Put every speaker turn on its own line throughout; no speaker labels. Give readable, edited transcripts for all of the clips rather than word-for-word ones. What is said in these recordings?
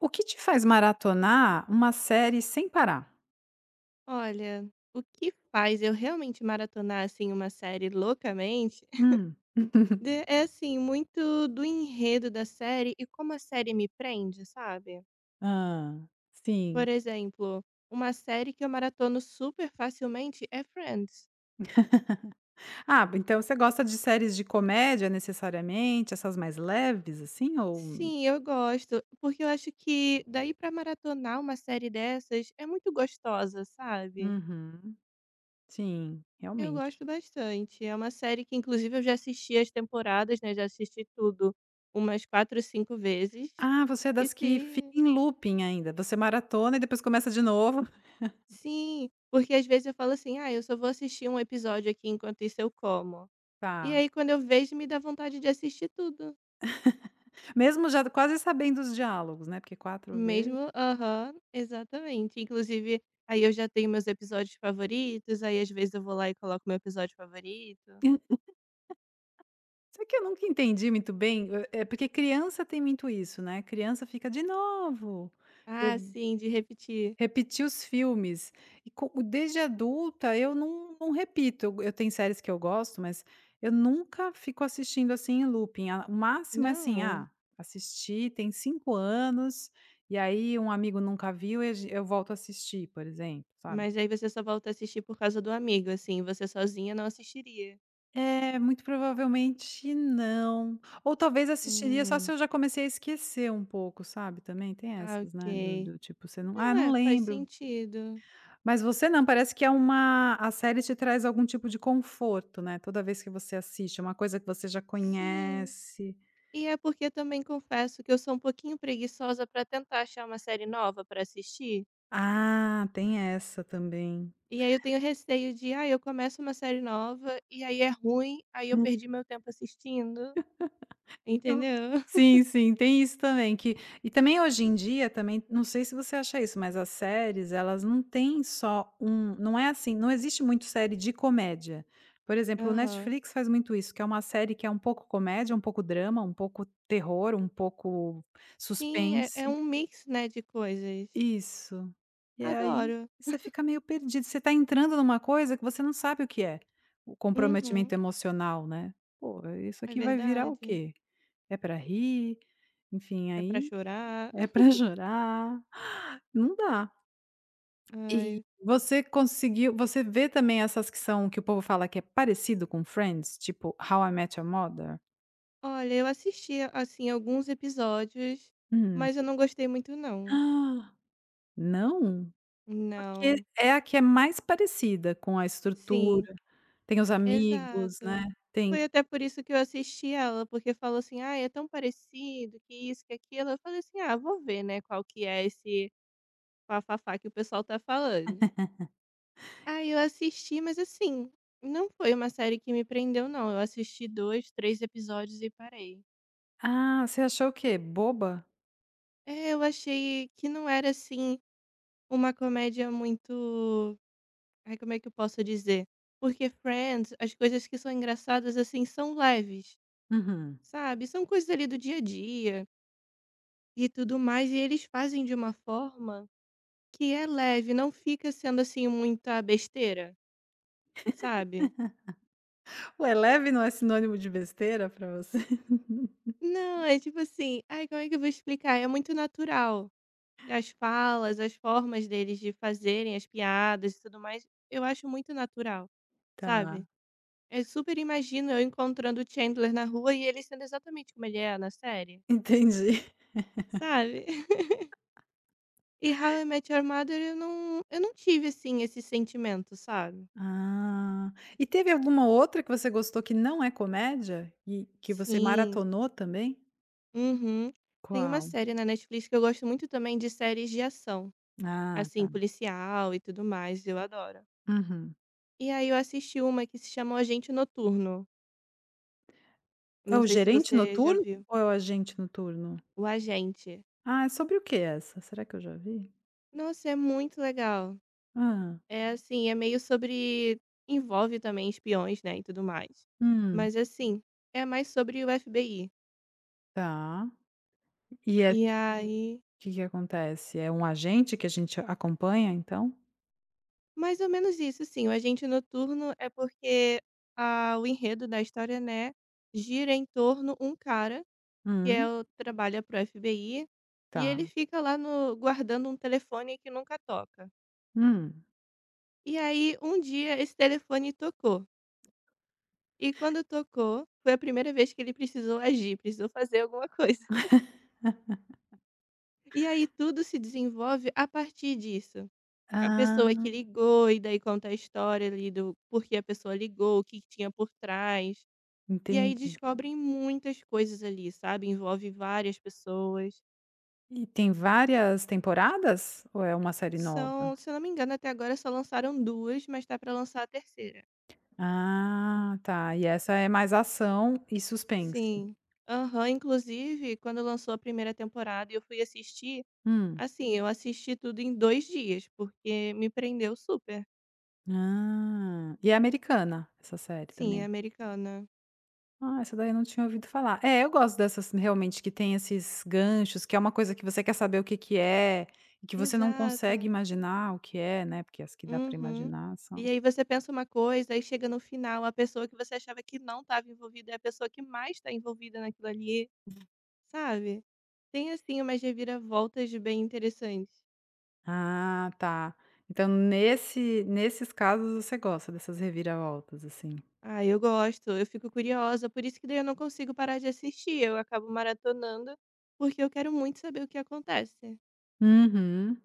O que te faz maratonar uma série sem parar?
Olha, o que faz eu realmente maratonar, assim, uma série loucamente,
Hum.
de é, assim, muito do enredo da série e como a série me prende, sabe.
Hã,
Por
sim.
exemplo, uma série que eu maratono super facilmente é Friends.
Ah, então você gosta de séries de comédia necessariamente, essas mais leves assim, ou...
Sim, eu gosto, porque eu acho que daí pra maratonar uma série dessas é muito gostosa, sabe.
Uhum. Sim,
Eu
realmente.
gosto bastante. É uma série que, inclusive, eu já assisti as temporadas, né? Já assisti tudo umas 4, 5 vezes.
Ah, você é
E
das que fica
se.
em looping ainda? Você maratona e depois começa de novo?
Sim, porque às vezes eu falo assim, ah, eu só vou assistir um episódio aqui enquanto isso eu como. E
Tá.
aí, quando eu vejo, me dá vontade de assistir tudo.
Mesmo já quase sabendo os diálogos, né, porque 4 vezes...
Mesmo, aham, exatamente. Inclusive, aí eu já tenho meus episódios favoritos, aí às vezes eu vou lá e coloco meu episódio favorito.
Só que eu nunca entendi muito bem, é porque criança tem muito isso, né, criança fica: "De novo".
Ah, sim, de repetir.
Repetir os filmes. E co Desde adulta eu não repito, eu tenho séries que eu gosto, mas eu nunca fico assistindo, assim, em looping. A o máximo é assim:
Não.
ah, assisti tem 5 anos, e aí um amigo nunca viu e a gen eu volto a assistir, por exemplo, sabe.
Mas aí você só volta a assistir por causa do amigo, assim, você sozinha não assistiria?
É, muito provavelmente não. Ou talvez assistiria só
Hum,
se eu já comecei a esquecer um pouco, sabe? Também tem
ah,
essas, né, do
ok.
do tipo você não: "Ah,
Não,
não
é, faz
lembro".
sentido.
Mas você não, parece que é uma a série te traz algum tipo de conforto, né, toda vez que você assiste, é uma coisa que você já
Sim.
conhece.
E é porque também confesso que eu sou um pouquinho preguiçosa pra tentar achar uma série nova pra assistir.
Ah, tem essa também.
E aí eu tenho receio de, ah, eu começo uma série nova e aí é ruim, aí eu
Hum.
perdi meu tempo assistindo,
eu
entendeu?
Sim, sim, tem isso também que... E também hoje em dia também, não sei se você acha isso, mas as séries, elas não têm só um... Não é assim, não existe muito série de comédia. Por exemplo, o
Aham.
Netflix faz muito isso, que é uma série que é um pouco comédia, um pouco drama, um pouco terror, um pouco
Sim, é, é
suspense.
um mix, né, de coisas.
Isso. E aí
Adoro.
você fica meio perdido, você está entrando numa coisa que você não sabe o que é, o
Uhum,
comprometimento emocional, né. "Pô, isso
é
aqui vai virar o
verdade.
quê? É para rir? Enfim,
É pra
aí
chorar.
é para chorar", não dá. E
Ai,
você vê também essas que são... Que o povo fala que é parecido com Friends, tipo How I Met Your Mother?
olha, eu assisti, assim, alguns episódios,
Hum.
mas eu não gostei muito não.
Ah. Não? Porque
Não.
é a que é mais parecida com a
Sim,
estrutura, tem os amigos, né,
exato.
tem...
Foi até por isso que eu assisti ela, porque falou assim: ah é tão parecido, que isso, que aquilo". Eu falei assim: "Ah, vou ver, né, qual que é esse bafafá que o pessoal tá falando". Aí eu assisti, mas assim, não foi uma série que me prendeu não, eu assisti 2 3 episódios e parei.
Ah, você achou o quê? Boba?
É, eu achei que não era, assim, uma comédia muito. Ai, como é que eu posso dizer? Porque Friends, as coisas que são engraçadas, assim, são leves,
Uhum.
sabe? São coisas ali do dia a dia e tudo mais, e eles fazem de uma forma que é leve, não fica sendo, assim, muita besteira, sabe?
Ué, leve não é sinônimo de besteira pra você?
Não, é tipo assim, ai, como é que eu vou explicar? É muito natural. As falas, as formas deles de fazerem as piadas e tudo mais, eu acho muito natural, sabe?
Tá,
Eu super imagino eu encontrando o Chandler na rua e ele sendo exatamente como ele é na série.
entendi.
Sabe? E How I Met Your Mother eu não tive, assim, esse sentimento, sabe?
Ah, e teve alguma outra que você gostou que não é comédia e que você
Sim.
maratonou também?
Uhum. Tem uma
Qual?
série na Netflix que eu gosto muito também de séries de ação,
Ah,
assim,
tá.
policial e tudo mais, eu adoro.
Uhum.
E aí eu assisti uma que se chama O Agente Noturno.
É
Não
o
sei se
Gerente
você já
Noturno
viu.
ou é o Agente Noturno?
O Agente.
Ah, é sobre o que essa? Será que eu já vi?
Nossa, é muito legal.
Ah.
É assim, é meio sobre envolve também espiões, né, e tudo mais.
Hum,
Mas assim, é mais sobre o FBI.
tá. E é
E
o
aí
Que que acontece? É um agente que a gente acompanha, então?
mais ou menos isso, sim. O Agente Noturno é porque a o enredo da história, né, gira em torno um cara que é
Hum.
o trabalha para o FBI e ele
Tá.
fica lá no guardando um telefone que nunca toca.
Hum.
E aí, um dia, esse telefone tocou. E quando tocou, foi a primeira vez que ele precisou agir, precisou fazer alguma coisa. E aí, tudo se desenvolve a partir disso. A pessoa
Ah.
que ligou, e daí conta a história ali do por que a pessoa ligou, o que que tinha por trás. E aí
Entendi.
descobrem muitas coisas ali, sabe, envolve várias pessoas.
E tem várias temporadas ou é uma série nova?
São, se eu não me engano, até agora só lançaram 2, mas tá pra lançar a terceira.
Ah, tá. E essa é mais ação e suspense.
Sim. Aham, inclusive quando lançou a primeira temporada e eu fui assistir,
Hum.
assim, eu assisti tudo em 2 dias, porque me prendeu super.
Ah. E é americana essa série
Sim, é
também?
americana.
Ah, essa daí eu não tinha ouvido falar. É, eu gosto dessas realmente que tem esses ganchos, que é uma coisa que você quer saber o que que é, e que você não consegue
Exato.
imaginar o que é, né, porque as que dá para
Uhum.
imaginar são...
E aí você pensa uma coisa, aí chega no final, a pessoa que você achava que não estava envolvida é a pessoa que mais está envolvida naquilo ali. Sabe? Tem, assim, umas reviravoltas bem interessantes.
Ah, tá. Então nesses casos você gosta dessas reviravoltas, assim.
Ah, eu gosto, eu fico curiosa, por isso que daí eu não consigo parar de assistir, eu acabo maratonando, porque eu quero muito saber o que acontece.
Uhum.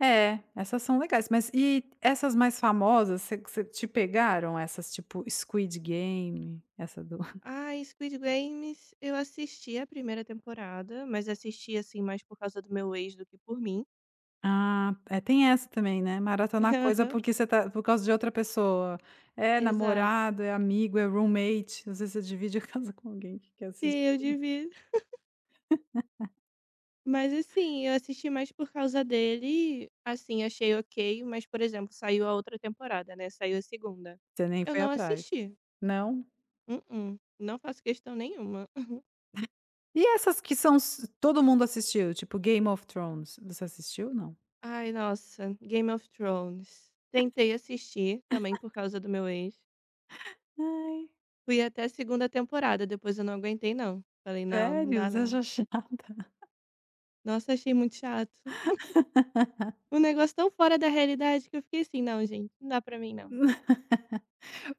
É, essas são legais, mas e essas mais famosas, você te pegaram? Essas tipo Squid Game, essa do...
Ah, Squid Games, eu assisti a primeira temporada, mas assisti, assim, mais por causa do meu ex do que por mim.
Ah, é, tem essa também, né, maratonar coisa
Aham,
porque você tá por causa de outra pessoa. É
exato.
namorado, é amigo, é roommate, às vezes você divide a casa com alguém que quer
Sim,
assistir,
eu divido. Mas, assim, eu assisti mais por causa dele, assim, achei ok, mas, por exemplo, saiu a outra temporada, né? Saiu a segunda.
você nem
Eu
foi
não
atrás.
assisti.
Não?
Mm-mm, não faço questão nenhuma.
E essas que são... s todo mundo assistiu, tipo Game of Thrones, você assistiu ou não?
Ai, nossa, Game of Thrones. Tentei assistir também por causa do meu ex.
Ai,
Fui até a segunda temporada, depois eu não aguentei não. Falei: "Não, não
sério?
dá não".
Você chata?
Nossa, achei muito chato. Um negócio tão fora da realidade que eu fiquei assim: "Não, gente, não dá pra mim não".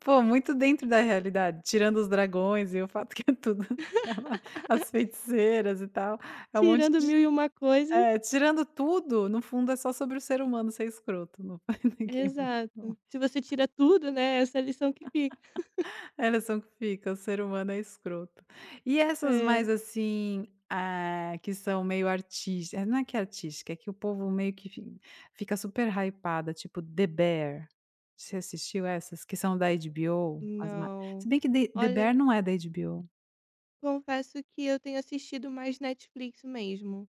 Pô, muito dentro da realidade, tirando os dragões e o fato que é tudo, as feiticeiras e tal, é um monte
Tirando
de...
mil e uma coisas.
É, tirando tudo, no fundo é só sobre o ser humano ser escroto, não foi ninguém bom não.
Exato. Se você tira tudo, né, essa é a lição que fica.
É a lição que fica, o ser humano é escroto. E essas
É.
mais assim, ah, que são meio artis não é que é artística, é que o povo meio que fi fica super hypada, tipo The Bear. Você assistiu essas que são da HBO? As ma Se
Não.
bem que The
Olha,
Bear não é da HBO.
confesso que eu tenho assistido mais Netflix mesmo.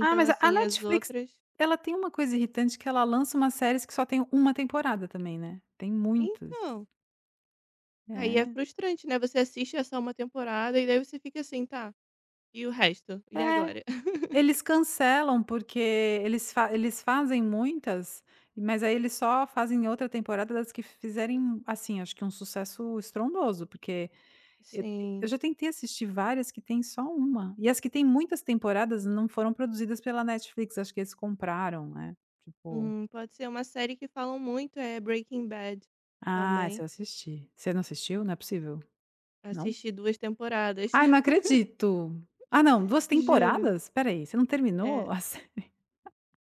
Ah, mas a
assim, as
Netflix,
outras,
ela tem uma coisa irritante, que ela lança umas séries que só tem uma temporada também, né, tem muitas.
então, aí é
É.
frustrante, né, você assiste a só uma temporada e daí você fica assim: "Tá, e o resto? E
É,
agora?"
eles cancelam, porque eles fazem muitas, mas aí eles só fazem outra temporada das que fizerem, assim, acho que um sucesso estrondoso, porque eu eu
Sim.
já tentei assistir várias que tem só uma, e as que tem muitas temporadas não foram produzidas pela Netflix, acho que eles compraram, né, tipo...
Pode ser uma série que falam muito, é Breaking Bad,
Ah,
também.
essa eu assisti. Você não assistiu? Não é possível, não?
Assisti 2 temporadas,
Ai, não acredito. Ah, não, 2
juro.
temporadas? Peraí, você não terminou?
É.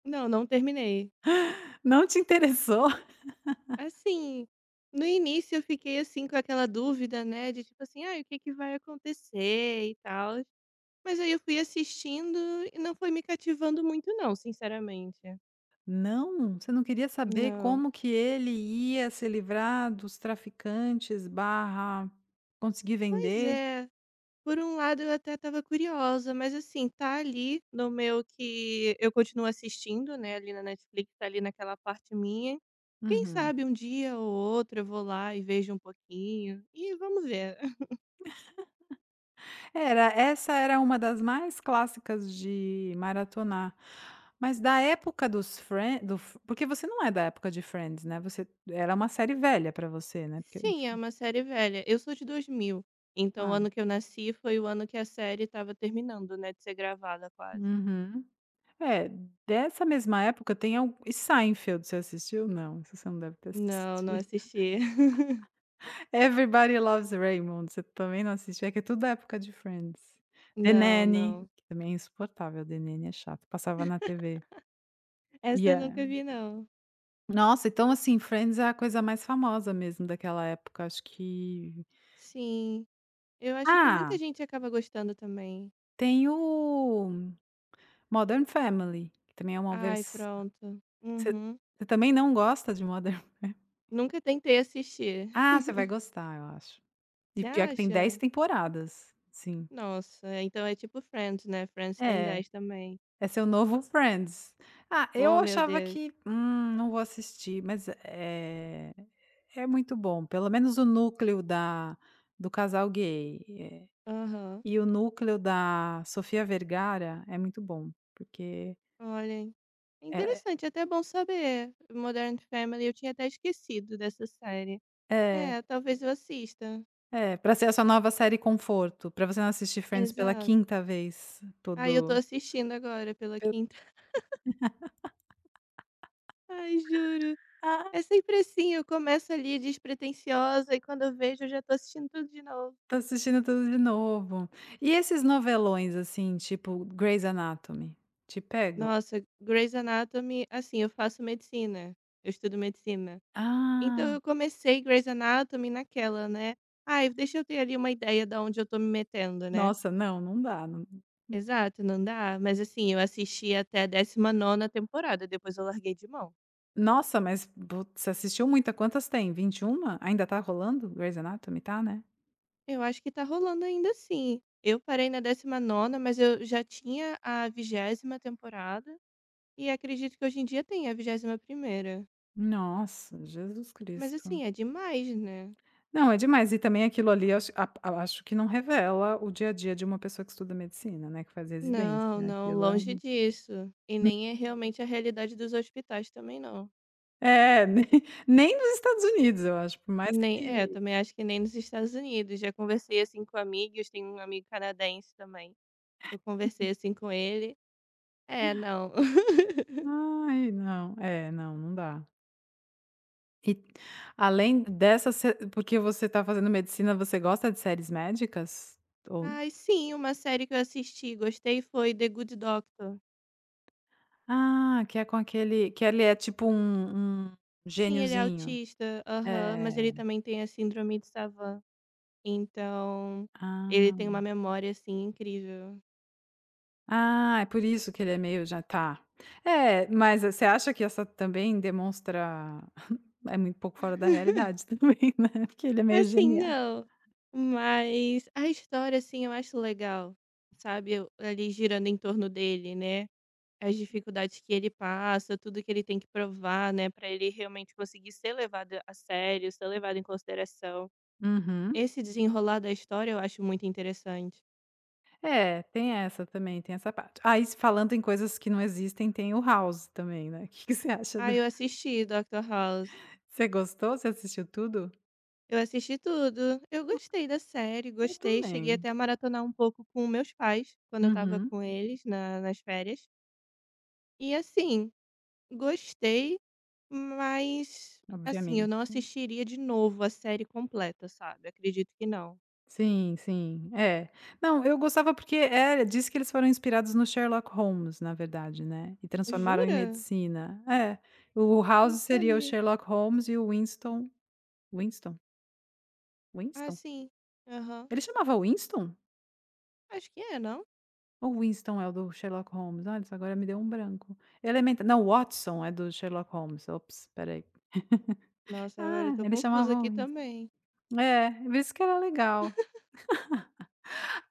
Não, não terminei.
Não te interessou?
Assim, no início eu fiquei, assim, com aquela dúvida, né, de tipo assim: "Ai, o que que vai acontecer e tal". Mas aí eu fui assistindo e não foi me cativando muito não, sinceramente.
Não? Você não queria saber
Não.
como que ele ia se livrar dos traficantes, barra conseguir
Pois
vender?
é, por um lado eu até estava curiosa, mas assim, tá ali no meu que eu continuo assistindo, né, ali na Netflix, tá ali naquela parte minha. Quem
Uhum.
sabe um dia ou outro eu vou lá e vejo um pouquinho e vamos ver.
Era uma das mais clássicas de maratonar. Mas da época dos Friends, do F porque você não é da época de Friends, né, você era uma série velha para você, né, porque...
Sim, é uma série velha. Eu sou de 2000. Então o
Ah,
ano que eu nasci foi o ano que a série estava terminando, né, de ser gravada quase.
uhum. É, dessa mesma época tem algu e Seinfeld, você assistiu? Não, isso você não deve ter
Não, não
assistido.
assisti.
Everybody Loves Raymond, você também não assistia? É que é tudo da época de Friends. The
Não,
Nanny,
não.
que também é insuportável, The Nanny é chato, passava na TV. E
Essa eu
é
nunca vi, não.
Nossa, então, assim, Friends é a coisa mais famosa mesmo daquela época, acho que...
Sim. Eu acho que muita
Ah,
gente acaba gostando também.
tem o Modern Family, que também é uma
Ai,
versão.
pronto.
você
Uhum.
você também não gosta de Modern Family?
Nunca tentei assistir.
Ah, você vai gostar, eu acho. E
Você
pior que tem 10
acha?
temporadas, sim.
Nossa, então é tipo Friends, né? Friends tem
É.
10 também.
É seu novo Friends. Ah, eu
Oh, meu
achava
Deus.
que, não vou assistir, mas é muito bom, pelo menos o núcleo da do casal gay,
Aham.
e o núcleo da Sofia Vergara é muito bom, porque
Olhem.
é
Interessante, até bom saber. Modern Family, eu tinha até esquecido dessa série.
é,
É, talvez eu assista.
é pra ser a sua nova série conforto, para você não assistir Friends pela
Exato.
quinta vez
Ai, eu tô
todo...
assistindo agora pela
pela
quinta. Ai, juro.
ah,
É sempre assim, eu começo ali despretensiosa e quando eu vejo eu já tô assistindo tudo de novo.
tá assistindo tudo de novo. E esses novelões, assim, tipo Grey's Anatomy, te pegam?
Nossa, Grey's Anatomy, assim, eu faço medicina, eu estudo medicina. Então
Ah.
eu comecei Grey's Anatomy naquela, né? Ai, deixa eu ter ali uma ideia de onde eu tô me metendo, né?
Nossa, dá, não
Exato, não dá. Mas assim, eu assisti até a 19ª temporada, depois eu larguei de mão.
nossa, mas vo você assistiu muita, quantas tem? 21? Ainda tá rolando Grey's Anatomy? Tá, né?
Eu acho que tá rolando ainda assim. Eu parei na 19ª, mas eu já tinha a 20ª temporada. E acredito que hoje em dia tem a 21ª.
Nossa, Jesus
Mas
Cristo.
assim, é demais, né.
Não, é demais, e também aquilo ali eu acho a acho que não revela o dia a dia de uma pessoa que estuda medicina, né, que faz residência,
Não, não,
aquilo
longe
é...
disso. E nem é realmente a realidade dos hospitais também não.
É, nem nos Estados Unidos eu acho, por mais
Nem
que...
é, também acho que nem nos Estados Unidos. Já conversei, assim, com amigos, tem um amigo canadense também, eu conversei, assim, com ele. É, não.
Ai, não, é, não, não dá. E além dessa, se porque você tá fazendo medicina, você gosta de séries médicas? Ou...
Ai, sim, uma série que eu assisti e gostei foi The Good Doctor.
Ah, que é com aquele que ele é tipo um
Sim, ele é
gêniozinho.
autista. Aham, mas
É.
ele também tem a síndrome de Savant. Então, ele tem
Ah.
uma memória, assim, incrível.
Ah, é por isso que ele é meio já tá. É, mas você acha que essa também demonstra... É muito pouco fora da realidade também, né, porque ele é meio
Assim,
genial.
não, mas a história, assim, eu acho legal, sabe, eu ali girando em torno dele, né, as dificuldades que ele passa, tudo que ele tem que provar, né, pra ele realmente conseguir ser levado a sério, ser levado em consideração.
Uhum.
Esse desenrolar da história eu acho muito interessante.
É, tem essa também, tem essa parte. Aí, se falando em coisas que não existem, tem o House também, né. O Que que você acha?
Ah, eu assisti Doctor House.
Você gostou? Você assistiu tudo?
Eu assisti tudo. Eu gostei da série,
Eu
gostei. Cheguei
também.
até a maratonar um pouco com meus pais, quando eu estava
Uhum,
com eles na- nas férias. E assim, gostei, mas assim, eu não
obviamente.
assistiria de novo a série completa, sabe? Acredito que não.
Sim, sim. É. Não, eu gostava porque é diz que eles foram inspirados no Sherlock Holmes, na verdade, né, e transformaram em
Jura?
medicina. É, o
Não
House seria o
sabia.
Sherlock Holmes e o Winston. Winston?
Ah,
Winston?
sim. Aham.
Ele chamava Winston?
Acho que é, não?
Ou Winston é o do Sherlock Holmes? Olha, isso agora me deu um branco. Elementa não, Watson é do Sherlock Holmes. Ops, peraí.
Nossa, agora eu
Ah,
tô
ele
confusa
chamava
aqui
Winston.
também.
É, por isso que era legal.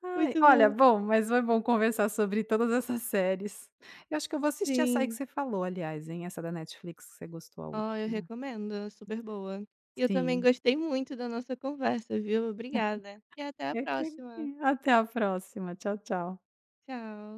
Ai,
Muito
olha,
bom.
bom, mas foi bom conversar sobre todas essas séries. Eu acho que eu vou assistir essa aí que
Sim.
você falou, aliás, hein, essa da Netflix que você gostou, a
Ó, eu
última.
recomendo, é super boa. E eu também
Sim.
gostei muito da nossa conversa, viu? Obrigada. E até a
Eu que-
próxima.
Até a próxima. Tchau, tchau.
Tchau.